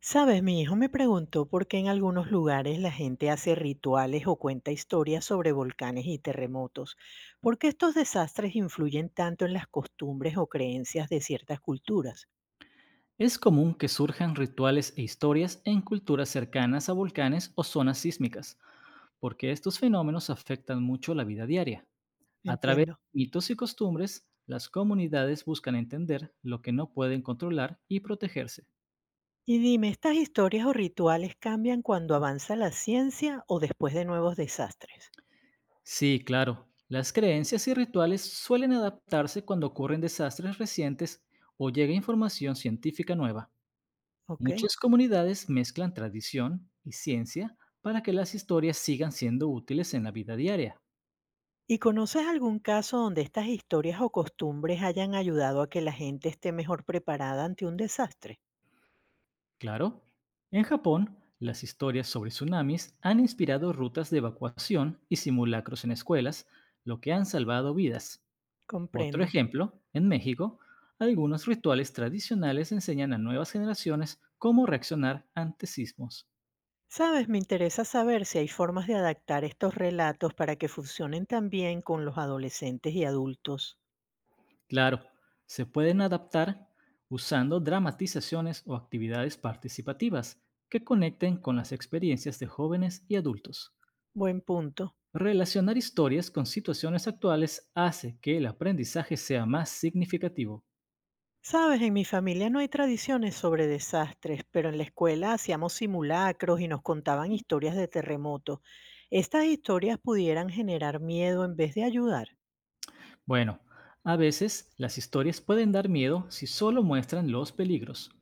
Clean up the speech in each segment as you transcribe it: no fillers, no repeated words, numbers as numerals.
Sabes, mi hijo me preguntó por qué en algunos lugares la gente hace rituales o cuenta historias sobre volcanes y terremotos. ¿Por qué estos desastres influyen tanto en las costumbres o creencias de ciertas culturas? Es común que surjan rituales e historias en culturas cercanas a volcanes o zonas sísmicas, porque estos fenómenos afectan mucho la vida diaria. A través Entiendo. de mitos y costumbres, las comunidades buscan entender lo que no pueden controlar y protegerse. Y dime, ¿estas historias o rituales cambian cuando avanza la ciencia o después de nuevos desastres? Sí, claro, las creencias y rituales suelen adaptarse cuando ocurren desastres recientes o llega información científica nueva. Ok. Muchas comunidades mezclan tradición y ciencia para que las historias sigan siendo útiles en la vida diaria. ¿Y conoces algún caso donde estas historias o costumbres hayan ayudado a que la gente esté mejor preparada ante un desastre? Claro. En Japón, las historias sobre tsunamis han inspirado rutas de evacuación y simulacros en escuelas, lo que han salvado vidas. Otro Comprendo. ejemplo, en México, algunos rituales tradicionales enseñan a nuevas generaciones cómo reaccionar ante sismos. Sabes, me interesa saber si hay formas de adaptar estos relatos para que funcionen también con los adolescentes y adultos. Claro, se pueden adaptar usando dramatizaciones o actividades participativas que conecten con las experiencias de jóvenes y adultos. Buen punto. Relacionar historias con situaciones actuales hace que el aprendizaje sea más significativo. Sabes, en mi familia no hay tradiciones sobre desastres, pero en la escuela hacíamos simulacros y nos contaban historias de terremotos. Estas historias pudieran generar miedo en vez de ayudar. Bueno, a veces las historias pueden dar miedo si solo muestran los peligros,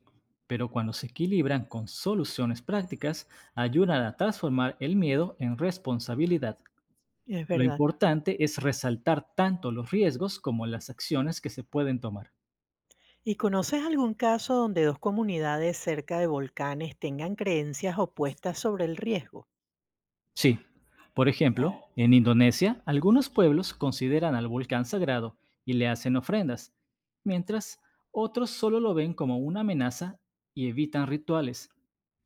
pero cuando se equilibran con soluciones prácticas, ayudan a transformar el miedo en responsabilidad. Es Lo verdad. importante es resaltar tanto los riesgos como las acciones que se pueden tomar. ¿Y conoces algún caso donde dos comunidades cerca de volcanes tengan creencias opuestas sobre el riesgo? Sí, por ejemplo, en Indonesia, algunos pueblos consideran al volcán sagrado y le hacen ofrendas, mientras otros solo lo ven como una amenaza y evitan rituales.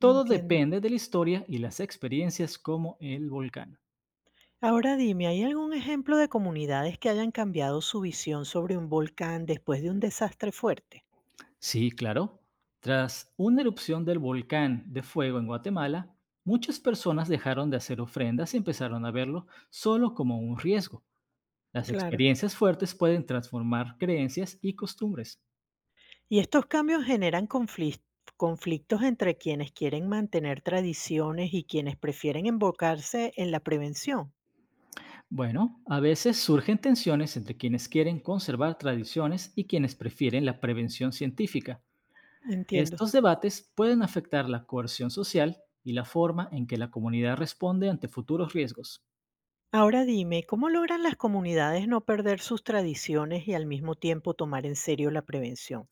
Me entiendo. depende de la historia y las experiencias como el volcán. Ahora dime, ¿hay algún ejemplo de comunidades que hayan cambiado su visión sobre un volcán después de un desastre fuerte? Sí, claro. Tras una erupción del volcán de fuego en Guatemala, muchas personas dejaron de hacer ofrendas y empezaron a verlo solo como un riesgo. Las Claro. experiencias fuertes pueden transformar creencias y costumbres. Y estos cambios generan conflictos entre quienes quieren mantener tradiciones y quienes prefieren embocarse en la prevención. Bueno, a veces surgen tensiones entre quienes quieren conservar tradiciones y quienes prefieren la prevención científica. Entiendo. Estos debates pueden afectar la coerción social y la forma en que la comunidad responde ante futuros riesgos, Ahora dime, ¿cómo logran las comunidades no perder sus tradiciones y al mismo tiempo tomar en serio la prevención?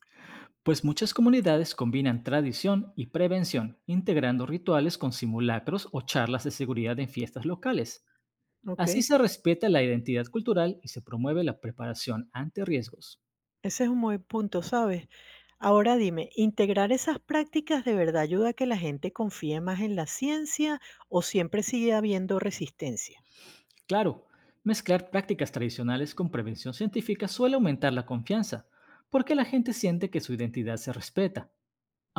pues muchas comunidades combinan tradición y prevención, integrando rituales con simulacros o charlas de seguridad en fiestas locales. Ok. Así se respeta la identidad cultural y se promueve la preparación ante riesgos. Ese es un buen punto, ¿sabes? Ahora dime, ¿integrar esas prácticas de verdad ayuda a que la gente confíe más en la ciencia o siempre sigue habiendo resistencia? Claro, mezclar prácticas tradicionales con prevención científica suele aumentar la confianza, porque la gente siente que su identidad se respeta.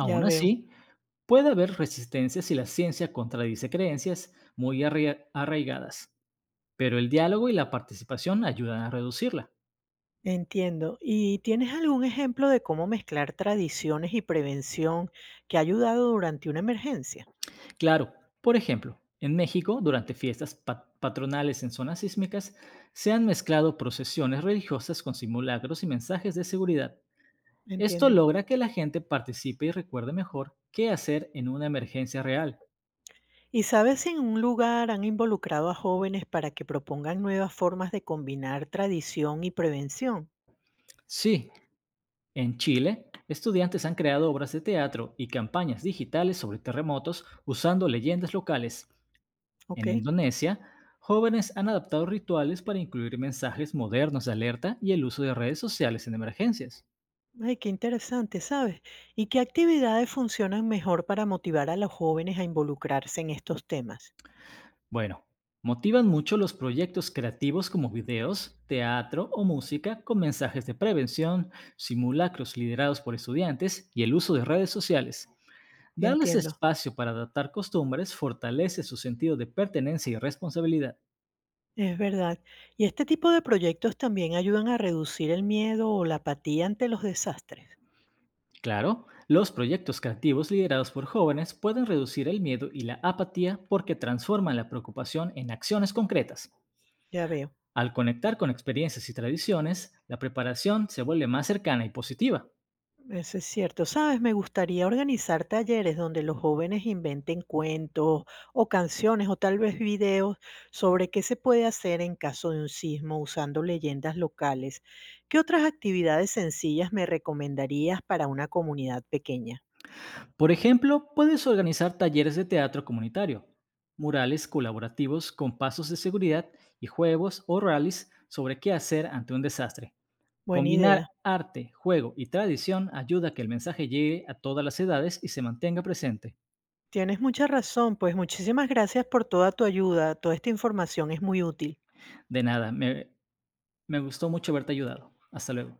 Ya veo, así, puede haber resistencia si la ciencia contradice creencias muy arraigadas, pero el diálogo y la participación ayudan a reducirla. entiendo. ¿Y tienes algún ejemplo de cómo mezclar tradiciones y prevención que ha ayudado durante una emergencia? Claro, por ejemplo, en México, durante fiestas patronales en zonas sísmicas, se han mezclado procesiones religiosas con simulacros y mensajes de seguridad. Esto Entiendo. logra que la gente participe y recuerde mejor qué hacer en una emergencia real. ¿Y sabes si en un lugar han involucrado a jóvenes para que propongan nuevas formas de combinar tradición y prevención? Sí, en Chile, estudiantes han creado obras de teatro y campañas digitales sobre terremotos usando leyendas locales. Ok. En Indonesia, jóvenes han adaptado rituales para incluir mensajes modernos de alerta y el uso de redes sociales en emergencias. Ay, qué interesante, ¿sabes? ¿Y qué actividades funcionan mejor para motivar a los jóvenes a involucrarse en estos temas? Bueno, motivan mucho los proyectos creativos como videos, teatro o música con mensajes de prevención, simulacros liderados por estudiantes y el uso de redes sociales. Darles Entiendo, espacio para adaptar costumbres fortalece su sentido de pertenencia y responsabilidad. es verdad. ¿Y este tipo de proyectos también ayudan a reducir el miedo o la apatía ante los desastres? Claro, los proyectos creativos liderados por jóvenes pueden reducir el miedo y la apatía porque transforman la preocupación en acciones concretas. Ya veo. Al conectar con experiencias y tradiciones, la preparación se vuelve más cercana y positiva. Eso es cierto. Sabes, me gustaría organizar talleres donde los jóvenes inventen cuentos o canciones o tal vez videos sobre qué se puede hacer en caso de un sismo usando leyendas locales. ¿Qué otras actividades sencillas me recomendarías para una comunidad pequeña? Por ejemplo, puedes organizar talleres de teatro comunitario, murales colaborativos con pasos de seguridad y juegos o rallies sobre qué hacer ante un desastre. Buena Combinar idea. arte, juego y tradición ayuda a que el mensaje llegue a todas las edades y se mantenga presente. Tienes mucha razón, pues muchísimas gracias por toda tu ayuda. Toda esta información es muy útil. De nada, me gustó mucho haberte ayudado. Hasta luego.